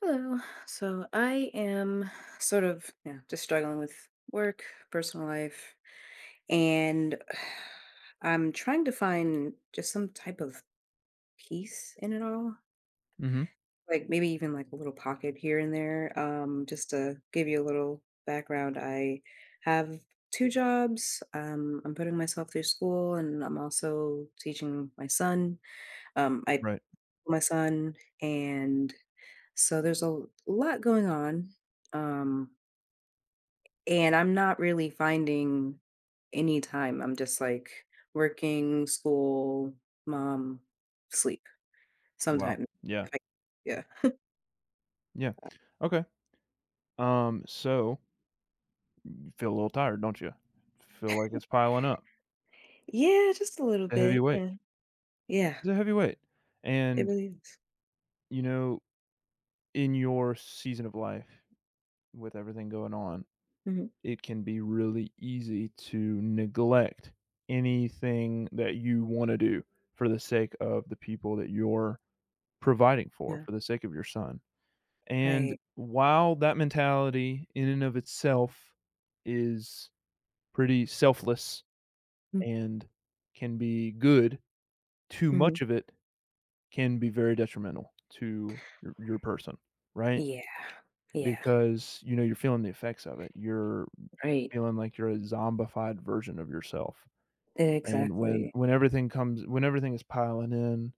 Hello. So I am sort of, yeah, just struggling with work, personal life, and I'm trying to find just some type of peace in it all. Mhm. Like maybe even like a little pocket here and there. Just to give you a little background, I have two jobs. I'm putting myself through school, and I'm also teaching my son. I Right. my son, and so there's a lot going on. Um, And I'm not really finding any time. I'm just like working, school, mom, sleep Wow. sometimes. Yeah. If I- Yeah. Yeah. Okay. So you feel a little tired, don't you? Feel like it's piling up. Yeah, just a little A heavy bit. weight. Yeah. Yeah. It's a heavy weight. It And, really is. you know, in your season of life with everything going on, Hmm. it can be really easy to neglect anything that you want to do for the sake of the people that you're providing Yeah. for the sake of your son. And Right. while that mentality in and of itself is pretty selfless and can be good. Too Mm-hmm. much of it can be very detrimental to your person, right? Yeah. Yeah. Because, you know, you're feeling the effects of it. You're Right. feeling like you're a zombified version of yourself. And when Exactly. when everything comes when everything is piling in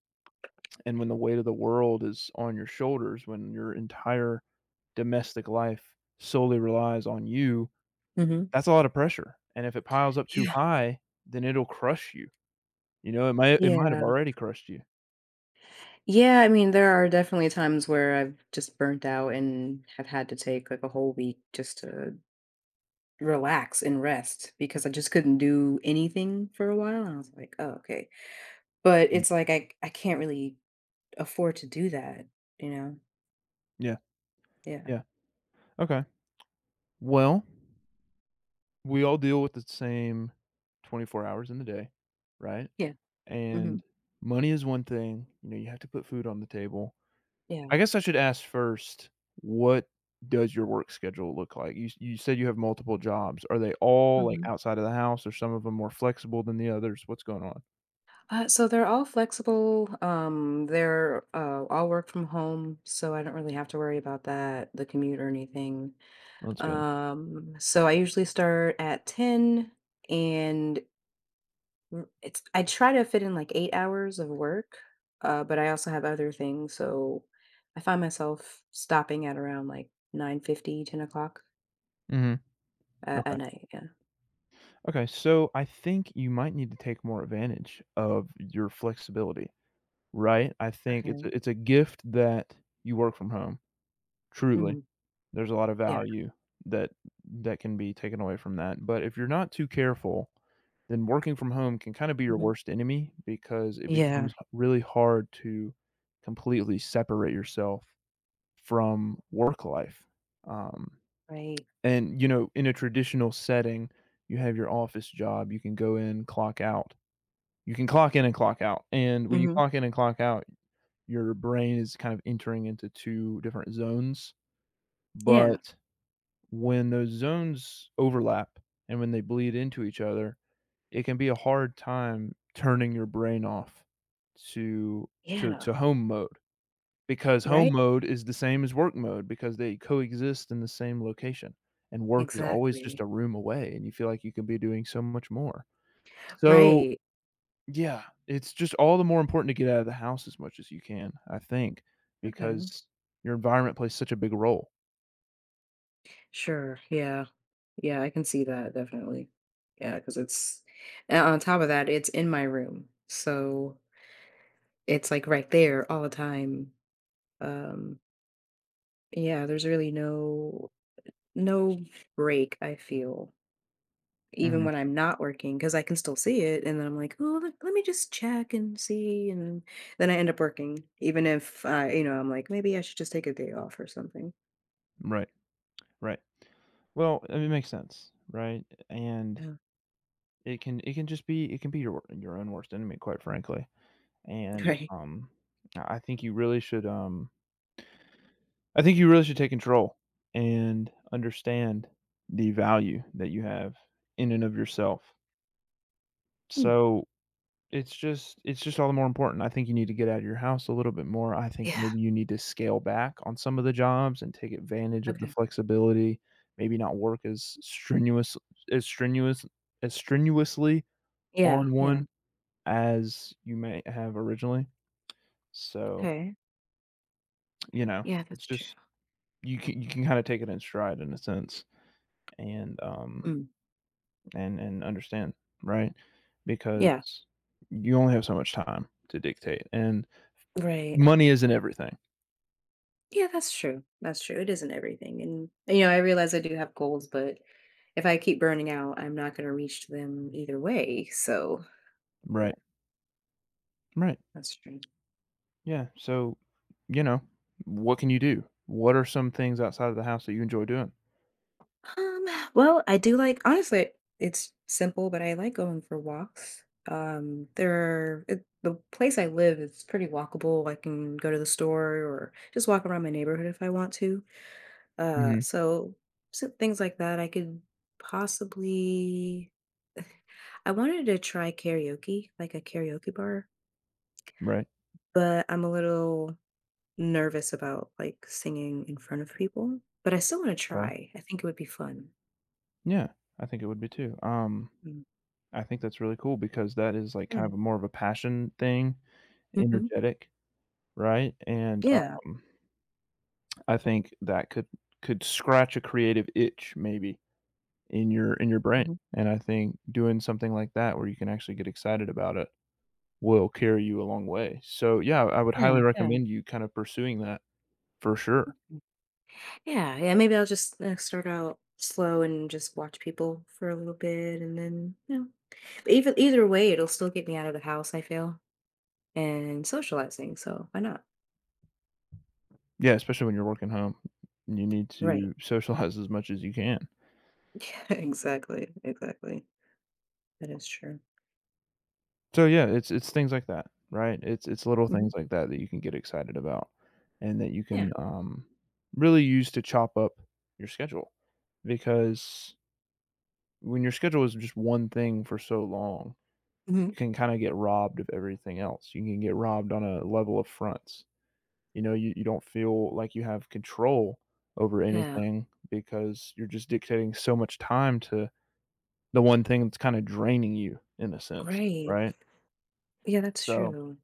and when the weight of the world is on your shoulders, when your entire domestic life solely relies on you, Hmm. that's a lot of pressure. And if it piles up too Yeah. high, then it'll crush you. You know, it might have Yeah. already crushed you. Yeah, I mean, there are definitely times where I've just burnt out and have had to take like a whole week just to relax and rest because I just couldn't do anything for a while, and I was like, "Oh, okay." But Mm, it's like I can't really afford to do that, you know? yeah, Yeah. yeah, okay. Well, we all deal with the same 24 hours in the day, right? Yeah. And Mhm. money is one thing, you know, you have to put food on the table. Yeah. I guess I should ask first, what does your work schedule look like? You said you have multiple jobs. Are they all, like, Mhm. outside of the house, or some of them more flexible than the others? What's going on? So they're all flexible, they're, all work from home, so I don't really have to worry about that, the commute or anything. That's good. So I usually start at 10 and, it's I try to fit in like 8 hours of work, but I also have other things, so I find myself stopping at around like 9:50, 10 o'clock, Mhm, okay. at night. Yeah. Okay, so I think you might need to take more advantage of your flexibility. Right? I think it's Okay. a it's a gift that you work from home, truly. Hmm. There's a lot of Yeah. value that that can be taken away from that, but if you're not too careful, then working from home can kinda be your Hmm. worst enemy because it Yeah. becomes h really hard to completely separate yourself from work life. Um, Right. and, you know, in a traditional setting, you have your office job, you can go in, clock out. You can clock in and clock out, and when you Hmm. clock in and clock out your brain is kind of entering into 2 different zones, Yeah. but when those zones overlap and when they bleed into each other, it can be a hard time turning your brain off to to Yeah. home mode, because home Right. mode is the same as work mode because they coexist in the same location, and work is always just Exactly. a room away, and you feel like you can be doing so much more. So Right. yeah, it's just all the more important to get out of the house as much as you can, I think, Okay. because your environment plays such a big role. Sure. Yeah. Yeah, I can see that definitely. Yeah. Cause it's, and on top of that, it's in my room. So it's like right there all the time. Um, Yeah, there's really no break, I feel, even Mhm. when I'm not working, because I can still see it, and then I'm like, "Oh, let me just check and see," and then I end up working, even if, you know, I'm like, "Maybe I should just take a day off or something." Right, right. Well, I mean, it makes sense, right? And Yeah. it can just be it can be your wor your own worst enemy, quite frankly. And, Right. um, I I think you really should. I think you really should take control and understand the value that you have in and of yourself. Hmm. So it's just it's just all the more important. I think you need to get out of your house a little bit more. I think Yeah, maybe you need to scale back on some of the jobs and take advantage of the okay. flexibility, maybe not work as strenuous as strenuously Yeah, on yeah. one as you may have originally. So, Okay. you know, Yeah, it's that's true. just you can kinda take it in stride in a sense and, um, Mm. and and understand, right? Yeah. Because you only have so much time to dictate, and Right. money isn't everything. Yeah, that's true. That's true. It isn't everything, and, you know, I realize I do have goals, but if I keep burning out, I'm not gonna reach them either way, so Right. Right. that's true. Yeah. So, you know, what can you do? What are some things outside of the house that you enjoy doing? Um, well, I do like, honestly, it's simple, but I like going for walks. There are, it, the place I live is pretty walkable. I can go to the store or just walk around my neighborhood if I want to. Uh, Mhm. so, so things like that. I could possibly. I wanted to try karaoke, like a karaoke bar, Right. but I'm a little nervous about like singing in front of people. But I still want to Okay. try. I think it would be fun. Yeah, I think it would be too. I think that's really cool because that is like kind of Mm. a more of a passion thing, Mhm. energetic, right? And Yeah. um, I think that could scratch a creative itch maybe in your brain. Mhm. And I think doing something like that where you can actually get excited about it will carry you a long way. So yeah, I would Yeah, highly yeah. recommend you kind of pursuing that. For sure. Mm. Yeah, yeah, maybe I'll just, start out slow and just watch people for a little bit, and then, you know but even either way, it'll still get me out of the house, I feel, and socializing, so why not? Yeah, especially when you're working home, you need Right. to socialize as much as you can. Yeah, exactly, exactly. That is true. So yeah, it's things like that, right? It's little Mhm. things like that that you can get excited about and that you Yeah. can really use to chop up your schedule because when your schedule is just one thing for so long, Mhm. you can kinda get robbed of everything else. You can get robbed on a level of fronts. You know, you don't feel like you have control over Yeah, anything because you're just dictating so much time to the one thing that's kinda draining you in a sense, right. right? Yeah, that's So, true.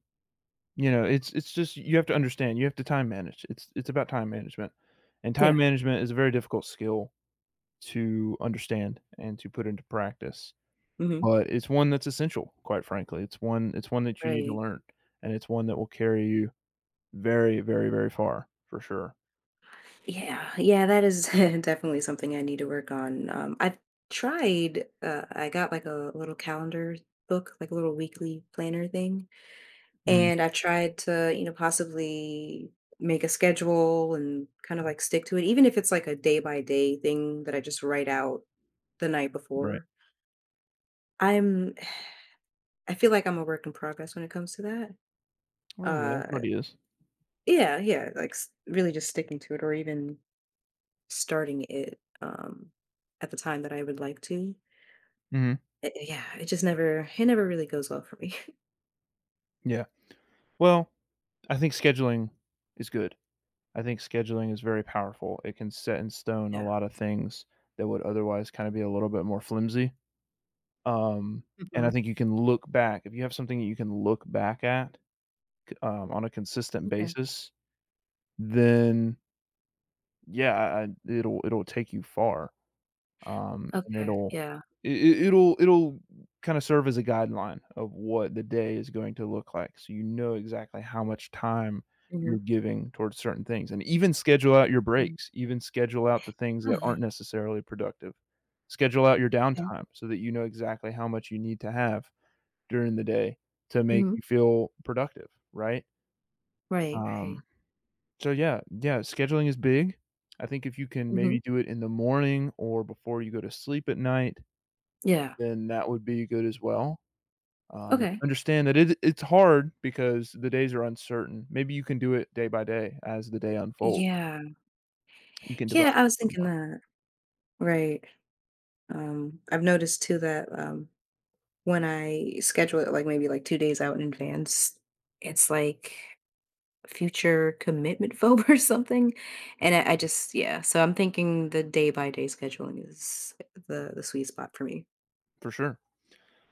you know, it's just you have to understand, you have to time manage. It's about time management, and time Yeah. management is a very difficult skill to understand and to put into practice, Mhm. but it's one that's essential, quite frankly. It's one that you need to Right. learn, and it's one that will carry you very, very, very far for sure. Yeah, yeah, that is definitely something I need to work on. I've tried, I got like a little calendar book, like a little weekly planner thing, Mhm, and I tried to, you know, possibly make a schedule and kind of like stick to it, even if it's like a day by day thing that I just write out the night right. before. I'm, I feel like I'm a work in progress when it comes to that. Well, yeah, Uh, everybody is. yeah, yeah, like really just sticking to it, or even starting it at the time that I would like to. Mhm, It, yeah, it just never really goes well for me. yeah. Well, I think scheduling is good. I think scheduling is very powerful. It can set in stone a Yeah. lot of things that would otherwise kind of be a little bit more flimsy. Um, and I Hmm. think you can look back if you have something that you can look back at, on a consistent Okay. basis, then yeah, I it'll it'll take you far. And Okay. it'll Yeah. it it will it'll kinda serve as a guideline of what the day is going to look like, so you know exactly how much time you're Hmm. giving towards certain things, and even schedule out your Mm. breaks, even schedule out the things that Oh yeah. aren't necessarily productive. Schedule out your Okay. downtime so that you know exactly how much you need to have during the day to make Hmm. you feel productive, right? Right. Um, Right. so yeah, yeah, scheduling is big. I think if you can Hmm. maybe do it in the morning or before you go to sleep at night, Yeah. then that would be good as well. And Okay. understand that it's hard because the days are uncertain. Maybe you can do it day by day as the day unfolds. Yeah. You can divide Yeah, I it was a bit thinking more. that. Right. I've noticed too that, when I schedule it, like maybe like 2 days out in advance, it's like future commitment phobe or something. And I just, yeah, so I'm thinking the day by day scheduling is the sweet spot for me. For sure.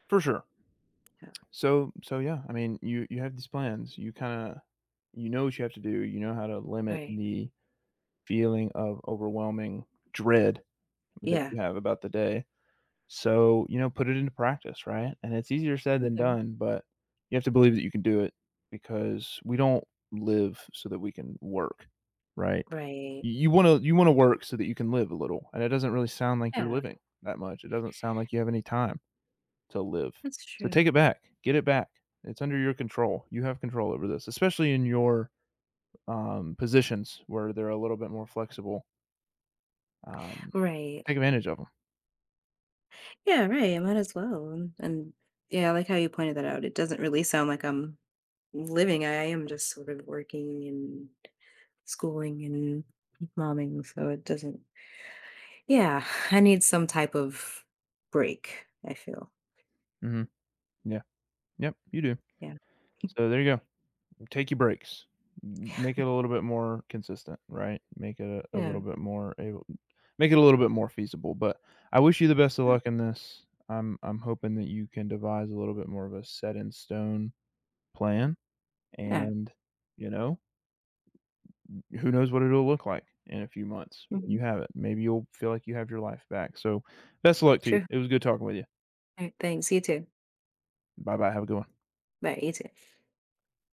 For sure. Yeah. So so yeah, I mean, you have these plans. You kinda you know what you have to do. You know how to limit Right. the feeling of overwhelming dread that Yeah. you have about the day. So, you know, put it into practice, right? And it's easier said than Okay. done, but you have to believe that you can do it because we don't live so that we can work, right? Right. You want to you want to work so that you can live a little, and it doesn't really sound like you're Yeah. living that much. It doesn't sound like you have any time to live. That's So take true. it back, get it back. It's under your control. You have control over this, especially in your positions where they're a little bit more flexible. Um, Right. take advantage of them. Yeah, right. I might as well. And yeah, I like how you pointed that out. It doesn't really sound like I'm living. I am just sort of working and schooling and momming. So it doesn't, yeah, I need some type of break, I feel. Hmm. Yeah. Yep. You do. Yeah. So there you go. Take your breaks. Make it a little bit more consistent, right? Make it a little Yeah. bit more able make it a little bit more feasible, but I wish you the best of Yeah. luck in this. I'm hoping that you can devise a little bit more of a set in stone plan, Yeah. and, you know, who knows what it'll look like in a few months when you Mhm. have it. Maybe you'll feel like you have your life back, so best of luck to you. Sure. It was good talking with you. All right. Thanks. You too. Bye-bye, have a good one. Bye. You too.